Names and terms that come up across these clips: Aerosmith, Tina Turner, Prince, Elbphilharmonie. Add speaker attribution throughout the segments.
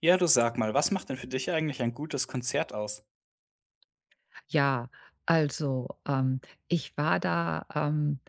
Speaker 1: Ja, du sag mal, was macht denn für dich eigentlich ein gutes Konzert aus?
Speaker 2: Ja, also, ich war da, ähm,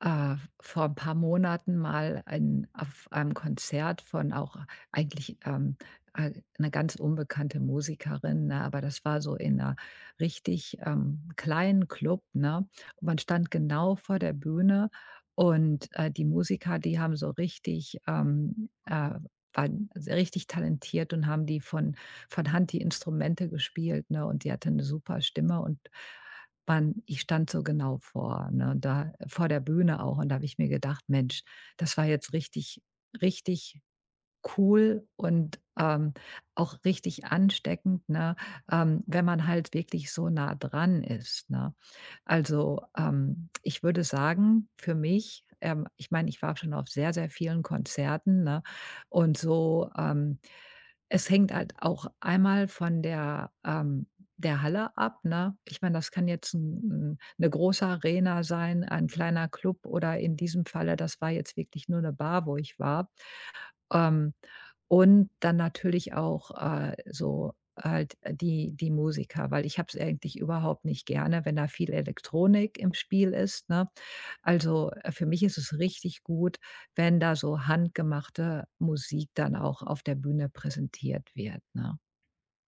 Speaker 2: äh, vor ein paar Monaten mal ein auf einem Konzert von auch eigentlich, 'ne ganz unbekannte Musikerin, ne? Aber das war so in einer richtig, kleinen Club, ne? Und man stand genau vor der Bühne und, die Musiker, die haben so richtig, waren sehr richtig talentiert und haben die von Hand die Instrumente gespielt, ne? Und die hatte eine super Stimme und Mann, ich stand so genau vor, ne, und da vor der Bühne auch und da habe ich mir gedacht: „Mensch, das war jetzt richtig richtig cool und, auch richtig ansteckend, ne, wenn man halt wirklich so nah dran ist, ne? Also, ich würde sagen, für mich ich meine, ich war schon auf sehr, sehr vielen Konzerten, ne, und so, es hängt halt auch einmal von der, der Halle ab, ne? Ich meine, das kann jetzt 'n 'n 'ne große Arena sein, ein kleiner Club oder in diesem Falle, das war jetzt wirklich nur eine Bar, wo ich war. Ähm und dann natürlich auch, so halt die Musiker, weil ich habe es eigentlich überhaupt nicht gerne, wenn da viel Elektronik im Spiel ist, ne? Also, für mich ist es richtig gut, wenn da so handgemachte Musik dann auch auf der Bühne präsentiert wird, ne?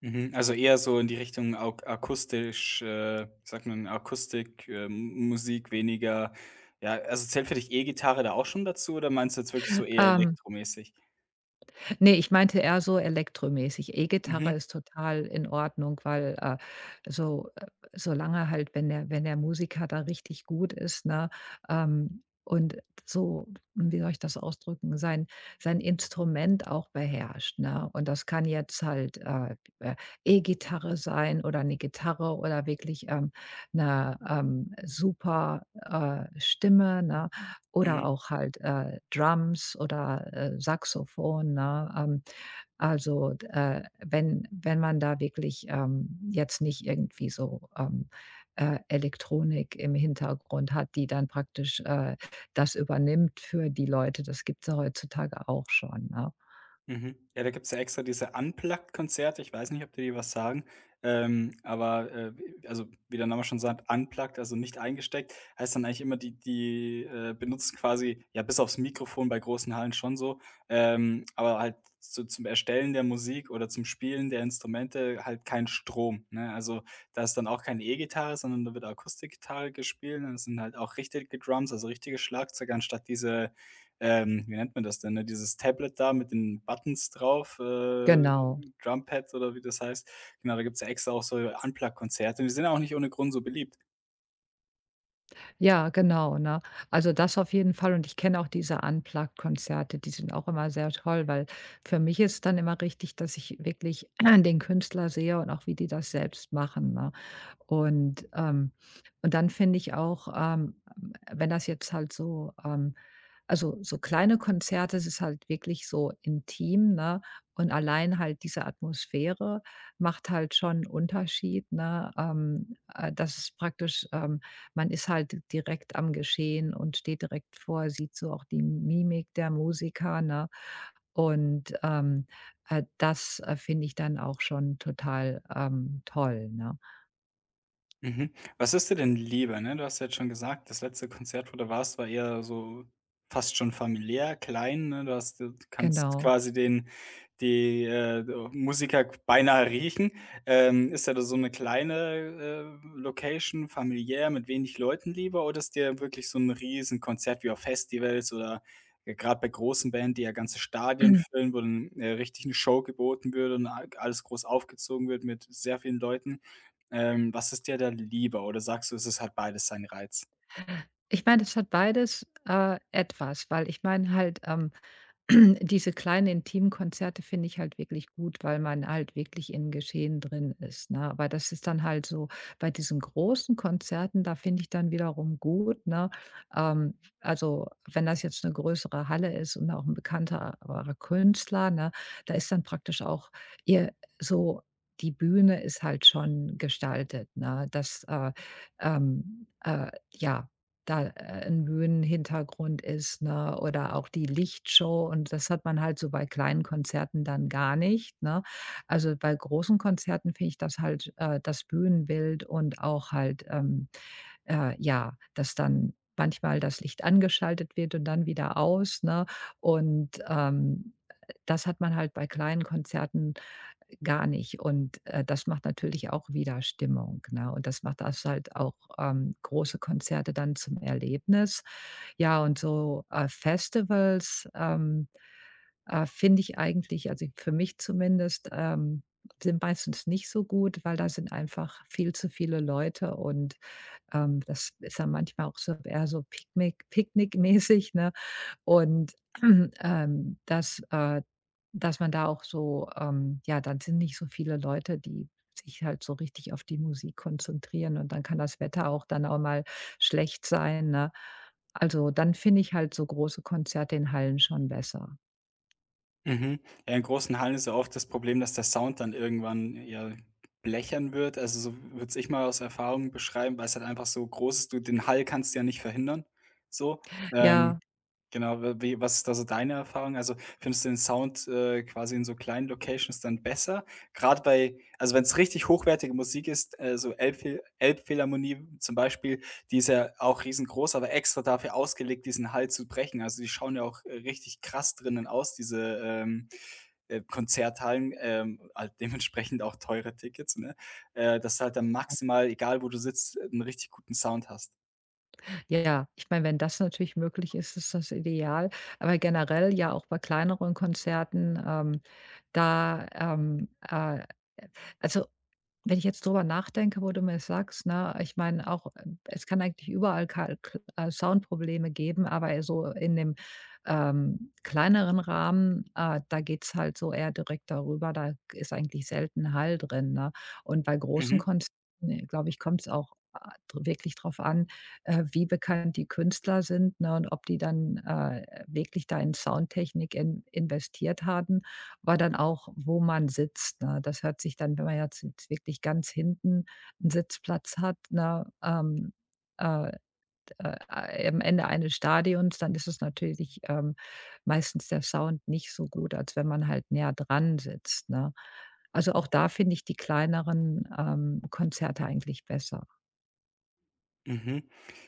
Speaker 1: Mhm, also eher so in die Richtung auk akustisch, wie sagt man, Akustik, M Musik weniger, ja, also zählt für dich E-Gitarre da auch schon dazu oder meinst du jetzt wirklich so eher
Speaker 2: Ähm
Speaker 1: elektromäßig?
Speaker 2: Ne, ich meinte eher so elektromäßig.
Speaker 1: Mhm,
Speaker 2: E-Gitarre ist total in Ordnung, weil, so äh, solange halt, wenn der Musiker da richtig gut ist, ne, ähm, und so, wie soll ich das ausdrücken, sein Instrument auch beherrscht, ne? Und das kann jetzt halt, E-Gitarre sein oder eine Gitarre oder wirklich, 'ne, super, Stimme, ne? Oder
Speaker 1: mhm.
Speaker 2: auch halt, Drums oder, Saxophon, ne? Also, wenn man da wirklich, jetzt nicht irgendwie so, Elektronik im Hintergrund hat, die dann praktisch, das übernimmt für die Leute. Das gibt's ja heutzutage auch schon, ne?
Speaker 1: Mhm. Ja, da gibt's ja extra diese Unplugged-Konzerte. Ich weiß nicht, ob dir die was sagen. Aber, w also, wie der Name schon sagt, unplugged, also nicht eingesteckt, heißt dann eigentlich immer, die benutzen quasi, ja, bis aufs Mikrofon bei großen Hallen schon so, aber halt so zum Erstellen der Musik oder zum Spielen der Instrumente halt kein Strom, ne? Also, da ist dann auch keine E-Gitarre, sondern da wird Akustikgitarre gespielt und es sind halt auch richtige Drums, also richtige Schlagzeuger anstatt diese, wie nennt man das denn, ne, dieses Tablet da mit den Buttons drauf,
Speaker 2: Genau.
Speaker 1: Drumpad oder wie das heißt. Genau, da gibt's ja extra auch so Unplugged-Konzerte und die sind ja auch nicht ohne Grund so beliebt.
Speaker 2: Ja, genau, ne? Also, das auf jeden Fall, und ich kenne auch diese Unplugged-Konzerte, die sind auch immer sehr toll, weil für mich ist dann immer richtig, dass ich wirklich den Künstler sehe und auch wie die das selbst machen, ne? Und, ähm und dann finde ich auch, wenn das jetzt halt so, also, so kleine Konzerte, es ist halt wirklich so intim, ne? Und allein halt diese Atmosphäre macht halt schon 'n Unterschied, ne? Das ist praktisch man ist halt direkt am Geschehen und steht direkt vor, sieht so auch die Mimik der Musiker, ne? Und, das, finde ich dann auch schon total, toll, ne?
Speaker 1: Mhm. Was ist dir denn lieber, ne? Du hast ja jetzt schon gesagt, das letzte Konzert, wo du warst, war eher so fast schon familiär, klein, ne? Du kannst
Speaker 2: Genau.
Speaker 1: quasi den, die, Musiker beinahe riechen. Ist ja da so eine kleine, Location, familiär, mit wenig Leuten lieber oder ist dir wirklich so ein Riesen-Konzert wie auf Festivals oder, grad bei großen Bands, die ja ganze Stadien füllen, wo dann, richtig eine Show geboten wird und a alles groß aufgezogen wird mit sehr vielen Leuten? Was ist dir da lieber oder sagst du, es ist hat beides seinen Reiz?
Speaker 2: Ich meine, es hat beides, etwas, weil ich meine halt, diese kleinen intimen Konzerte finde ich halt wirklich gut, weil man halt wirklich im Geschehen drin ist, ne? Aber das ist dann halt so bei diesen großen Konzerten, da finde ich dann wiederum gut, ne? Also, wenn das jetzt eine größere Halle ist und auch ein bekannterer Künstler, ne, da ist dann praktisch auch ihr so die Bühne ist halt schon gestaltet, ne? Das, ja, da, 'n Bühnenhintergrund ist, ne, oder auch die Lichtshow, und das hat man halt so bei kleinen Konzerten dann gar nicht, ne? Also, bei großen Konzerten finde ich das halt, das Bühnenbild und auch halt, ja, dass dann manchmal das Licht angeschaltet wird und dann wieder aus, ne? Und, das hat man halt bei kleinen Konzerten gar nicht. Und, das macht natürlich auch wieder Stimmung, ne? Und das macht das halt auch, große Konzerte dann zum Erlebnis. Ja, und so, Festivals, finde ich eigentlich, also, für mich zumindest, sind meistens nicht so gut, weil da sind einfach viel zu viele Leute und, das ist dann manchmal auch so eher so picknickmäßig, ne? Und, ähm, dass äh, dass man da auch so ja, dann sind nicht so viele Leute, die sich halt so richtig auf die Musik konzentrieren, und dann kann das Wetter auch dann auch mal schlecht sein, ne? Also, dann finde ich halt so große Konzerte in Hallen schon besser.
Speaker 1: Mhm. Ja, in großen Hallen ist ja oft das Problem, dass der Sound dann irgendwann, ja, blechern wird. Also, so würde ich mal aus Erfahrung beschreiben, weil es halt einfach so groß ist. Du, den Hall kannst du ja nicht verhindern, so. Ähm
Speaker 2: Ja,
Speaker 1: Genau, w wie was ist da so deine Erfahrung? Also, findest du den Sound, quasi in so kleinen Locations dann besser? Gerade bei, also, wenn es richtig hochwertige Musik ist, so Elbphilharmonie zum Beispiel, die ist ja auch riesengroß, aber extra dafür ausgelegt, diesen Hall zu brechen. Also, die schauen ja auch, richtig krass drinnen aus, diese, Konzerthallen, halt dementsprechend auch teure Tickets, ne? Dass du halt dann maximal, egal wo du sitzt, einen richtig guten Sound hast.
Speaker 2: ja, ja. Ich meine, wenn das natürlich möglich ist, ist das ideal. Aber generell ja auch bei kleineren Konzerten, da, also, wenn ich jetzt drüber nachdenke, wo du mir das sagst, ne, ich meine auch, es kann eigentlich überall Kal K Soundprobleme geben, aber so in dem, kleineren Rahmen, da geht's halt so eher direkt darüber, da ist eigentlich selten Hall drin, ne? Und bei großen
Speaker 1: Mhm.
Speaker 2: Konzerten, glaube ich, kommt's auch, dr wirklich drauf an, wie bekannt die Künstler sind, ne, und ob die dann, wirklich da in Soundtechnik in investiert haben, aber dann auch, wo man sitzt, ne? Das hört sich dann, wenn man jetzt wirklich ganz hinten einen Sitzplatz hat, ne, äh, äh, am Ende eines Stadions, dann ist es natürlich, meistens der Sound nicht so gut, als wenn man halt näher dran sitzt, ne? Also, auch da finde ich die kleineren, Konzerte eigentlich besser.
Speaker 1: Mhm.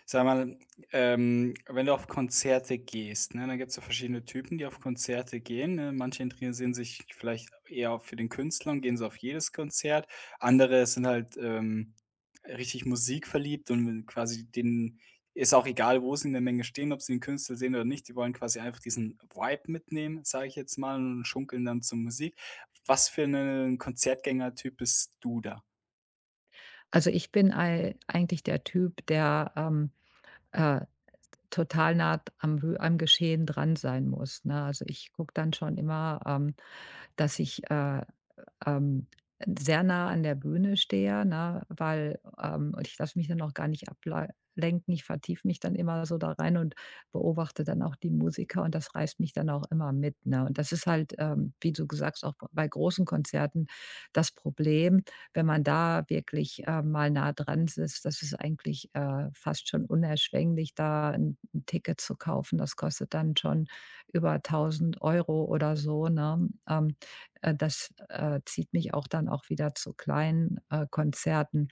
Speaker 1: Sag mal, wenn du auf Konzerte gehst, ne, dann gibt es ja verschiedene Typen, die auf Konzerte gehen, ne? Manche interessieren sich vielleicht eher für den Künstler und gehen so auf jedes Konzert. Andere sind halt, richtig musikverliebt und quasi denen ist auch egal, wo sie in der Menge stehen, ob sie den Künstler sehen oder nicht. Die wollen quasi einfach diesen Vibe mitnehmen, sage ich jetzt mal, und schunkeln dann zur Musik. Was für 'nen Konzertgängertyp bist du da?
Speaker 2: Also, ich bin ei eigentlich der Typ, der, äh, total nah am Geschehen dran sein muss, ne? Also, ich gucke dann schon immer, dass ich, ähm, sehr nah an der Bühne stehe, ne, und ich lasse mich dann auch gar nicht ablenken. Ich vertiefe mich dann immer so da rein und beobachte dann auch die Musiker, und das reißt mich dann auch immer mit, ne? Und das ist halt, wie du gesagt hast, auch bei großen Konzerten das Problem, wenn man da wirklich, mal nah dran sitzt, das ist eigentlich, fast schon unerschwinglich, da ein 'n Ticket zu kaufen. Das kostet dann schon über 1.000 Euro oder so, ne? Das, zieht mich auch dann auch wieder zu kleinen, Konzerten.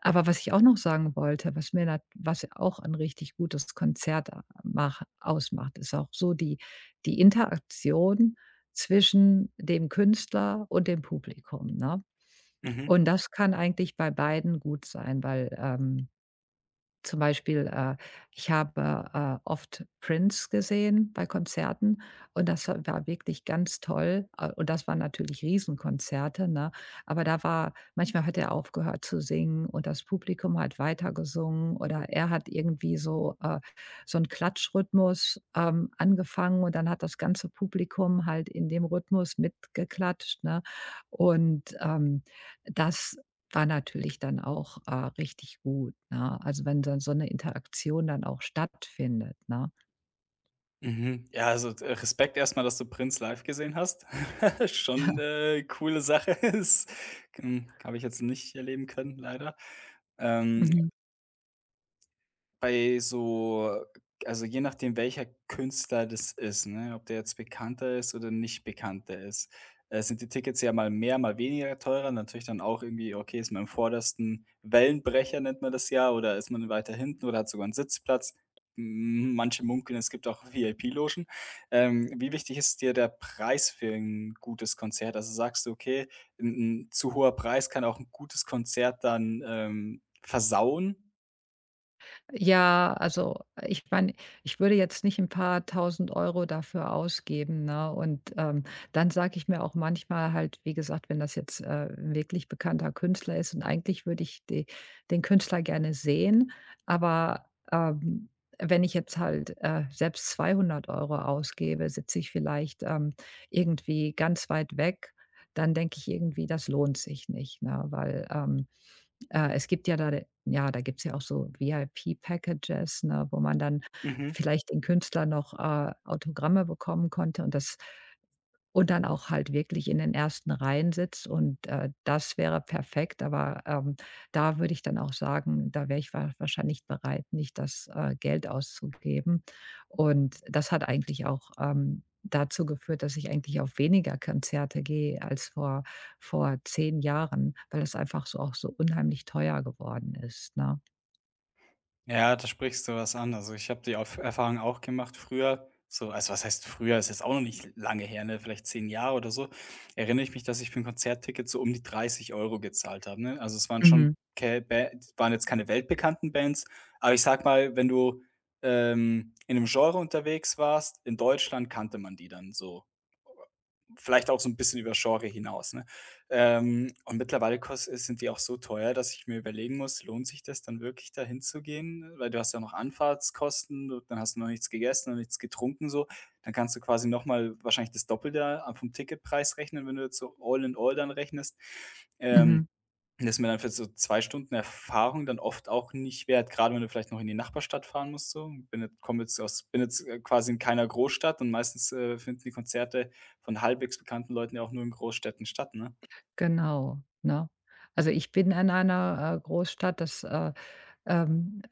Speaker 2: Aber was ich auch noch sagen wollte, was mir nat was auch ein richtig gutes Konzert a mach ausmacht, ist auch so die Interaktion zwischen dem Künstler und dem Publikum, ne?
Speaker 1: Mhm.
Speaker 2: Und das kann eigentlich bei beiden gut sein, weil, zum Beispiel, ich habe, oft Prince gesehen bei Konzerten, und das wa war wirklich ganz toll. Und das waren natürlich Riesenkonzerte, ne? Aber da war manchmal hat er aufgehört zu singen und das Publikum hat weitergesungen, oder er hat irgendwie so, so einen Klatschrhythmus, angefangen, und dann hat das ganze Publikum halt in dem Rhythmus mitgeklatscht, ne? Und, das war natürlich dann auch, richtig gut, ne? Also, wenn dann so eine Interaktion dann auch stattfindet, ne?
Speaker 1: Mhm. Ja, also, Respekt erstmal, dass du Prince live gesehen hast. Schon 'ne coole Sache ist. Hm, habe ich jetzt nicht erleben können, leider. Ähm,
Speaker 2: Mhm.
Speaker 1: bei so, also je nachdem, welcher Künstler das ist, ne, ob der jetzt bekannter ist oder nicht bekannter ist, sind die Tickets ja mal mehr, mal weniger teurer. Natürlich dann auch irgendwie, okay, ist man im vordersten Wellenbrecher, nennt man das ja, oder ist man weiter hinten oder hat sogar einen Sitzplatz. M Manche munkeln, es gibt auch VIP-Logen. Wie wichtig ist dir der Preis für ein gutes Konzert? Also sagst du: „Okay, ein 'n zu hoher Preis kann auch ein gutes Konzert dann, versauen?“
Speaker 2: Ja, also ich meine, ich würde jetzt nicht ein paar tausend Euro dafür ausgeben, ne? Und, dann sage ich mir auch manchmal halt, wie gesagt, wenn das jetzt, 'n wirklich bekannter Künstler ist und eigentlich würde ich de den Künstler gerne sehen, aber, ähm, wenn ich jetzt halt, selbst 200 Euro ausgebe, sitze ich vielleicht, irgendwie ganz weit weg, dann denke ich irgendwie, das lohnt sich nicht, ne? Weil, es gibt ja da ja, da gibt's ja auch so VIP-Packages, ne, wo man dann
Speaker 1: Mhm.
Speaker 2: vielleicht den Künstler noch, Autogramme bekommen konnte und das und dann auch halt wirklich in den ersten Reihen sitzt und, das wäre perfekt, aber, da würde ich dann auch sagen, da wäre ich wa wahrscheinlich bereit, nicht das, Geld auszugeben. Und das hat eigentlich auch, dazu geführt, dass ich eigentlich auf weniger Konzerte gehe als vor 10 Jahren, weil das einfach so auch so unheimlich teuer geworden ist, ne?
Speaker 1: Ja, da sprichst du was an. Also, ich habe die Erfahrung auch gemacht früher. So, also was heißt früher? Ist jetzt auch noch nicht lange her, ne? Vielleicht 10 Jahre oder so. Erinnere ich mich, dass ich für ein Konzertticket so um die 30 Euro gezahlt habe, ne? Also, es waren schon
Speaker 2: Mhm,
Speaker 1: Kä Bä waren jetzt keine weltbekannten Bands, aber ich sag mal, wenn du, in einem Genre unterwegs warst, in Deutschland kannte man die dann so vielleicht auch so ein bisschen über Genre hinaus, ne? Und mittlerweile kost sind die auch so teuer, dass ich mir überlegen muss: „Lohnt sich das dann wirklich, da hinzugehen?“ Weil du hast ja noch Anfahrtskosten, du dann hast du noch nichts gegessen und nichts getrunken so. Dann kannst du quasi noch mal wahrscheinlich das Doppelte vom Ticketpreis rechnen, wenn du jetzt so all in all dann rechnest. Ähm
Speaker 2: mhm.
Speaker 1: Das ist mir dann für so 2 Stunden Erfahrung dann oft auch nicht wert, gerade wenn du vielleicht noch in die Nachbarstadt fahren musst so. Bin jetzt komme jetzt aus bin jetzt, quasi in keiner Großstadt und meistens, finden die Konzerte von halbwegs bekannten Leuten ja auch nur in Großstädten statt, ne?
Speaker 2: Genau, ne? Also, ich bin in einer, Großstadt. Ähm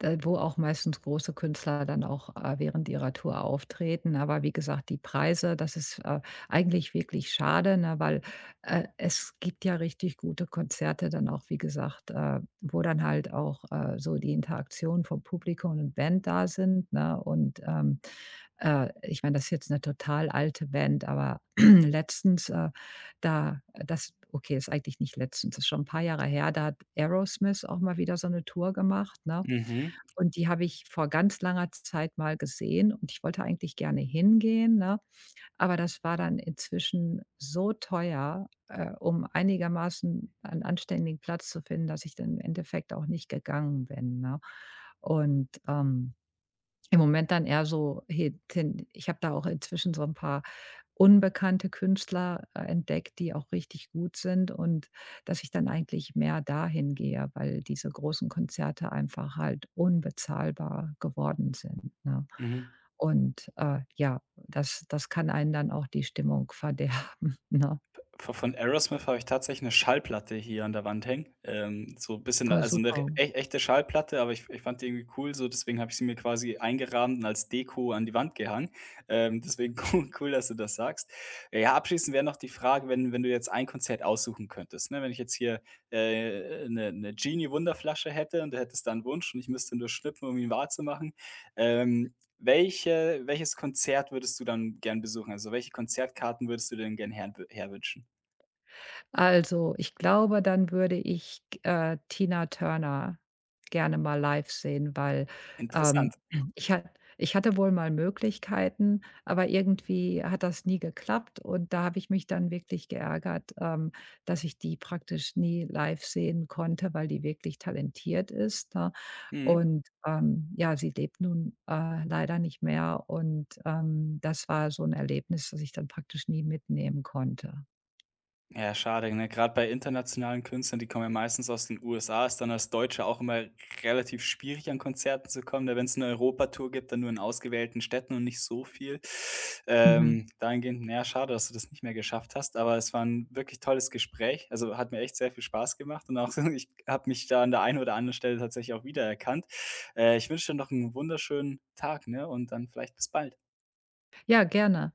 Speaker 2: Da, wo auch meistens große Künstler dann auch, während ihrer Tour auftreten. Aber wie gesagt, die Preise, das ist, eigentlich wirklich schade, ne, weil, es gibt ja richtig gute Konzerte dann auch, wie gesagt, wo dann halt auch, so die Interaktion vom Publikum und Band da sind, ne? Und, ich meine, das ist jetzt eine total alte Band, aber letztens, da das okay, ist eigentlich nicht letztens, ist schon ein paar Jahre her, da hat Aerosmith auch mal wieder so eine Tour gemacht, ne?
Speaker 1: Mhm,
Speaker 2: Und die habe ich vor ganz langer Zeit mal gesehen, und ich wollte eigentlich gerne hingehen, ne? Aber das war dann inzwischen so teuer, um einigermaßen einen anständigen Platz zu finden, dass ich dann im Endeffekt auch nicht gegangen bin, ne? Und, im Moment dann eher so hinten Ich habe da auch inzwischen so ein paar unbekannte Künstler, entdeckt, die auch richtig gut sind, und dass ich dann eigentlich mehr dahin gehe, weil diese großen Konzerte einfach halt unbezahlbar geworden sind, ne?
Speaker 1: mhm.
Speaker 2: Und, ja, das kann einen dann auch die Stimmung verderben, ne?
Speaker 1: V von Aerosmith habe ich tatsächlich eine Schallplatte hier an der Wand hängen. So ein bisschen,
Speaker 2: Aber
Speaker 1: also eine re
Speaker 2: super.
Speaker 1: ech echte Schallplatte, aber ich fand die irgendwie cool so, deswegen habe ich sie mir quasi eingerahmt und als Deko an die Wand gehangen. Deswegen cool, dass du das sagst. Ja, abschließend wäre noch die Frage, wenn du jetzt ein Konzert aussuchen könntest, ne? Wenn ich jetzt hier, 'ne Genie-Wunderflasche hätte und du hättest da 'n Wunsch und ich müsste ihn nur schnippen, um ihn wahrzumachen. Welches Konzert würdest du dann gern besuchen? Also, welche Konzertkarten würdest du denn gern herwünschen?
Speaker 2: Also, ich glaube, dann würde ich, Tina Turner gerne mal live sehen, weil, ähm,
Speaker 1: Interessant.
Speaker 2: ich hat ich hatte wohl mal Möglichkeiten, aber irgendwie hat das nie geklappt, und da habe ich mich dann wirklich geärgert, dass ich die praktisch nie live sehen konnte, weil die wirklich talentiert ist, ne?
Speaker 1: Mhm.
Speaker 2: Und, ja, sie lebt nun, leider nicht mehr, und, das war so ein Erlebnis, das ich dann praktisch nie mitnehmen konnte.
Speaker 1: Ja, schade, ne? Grad bei internationalen Künstlern, die kommen ja meistens aus den USA, ist dann als Deutscher auch immer relativ schwierig, an Konzerten zu kommen, da wenn es eine Europatour gibt, dann nur in ausgewählten Städten und nicht so viel.
Speaker 2: Mhm.
Speaker 1: Dahingehend, na ja, schade, dass du das nicht mehr geschafft hast, aber es war ein wirklich tolles Gespräch. Also, hat mir echt sehr viel Spaß gemacht und auch ich habe mich da an der einen oder anderen Stelle tatsächlich auch wiedererkannt. Ich wünsche dir noch einen wunderschönen Tag, ne, und dann vielleicht bis bald.
Speaker 2: Ja, gerne.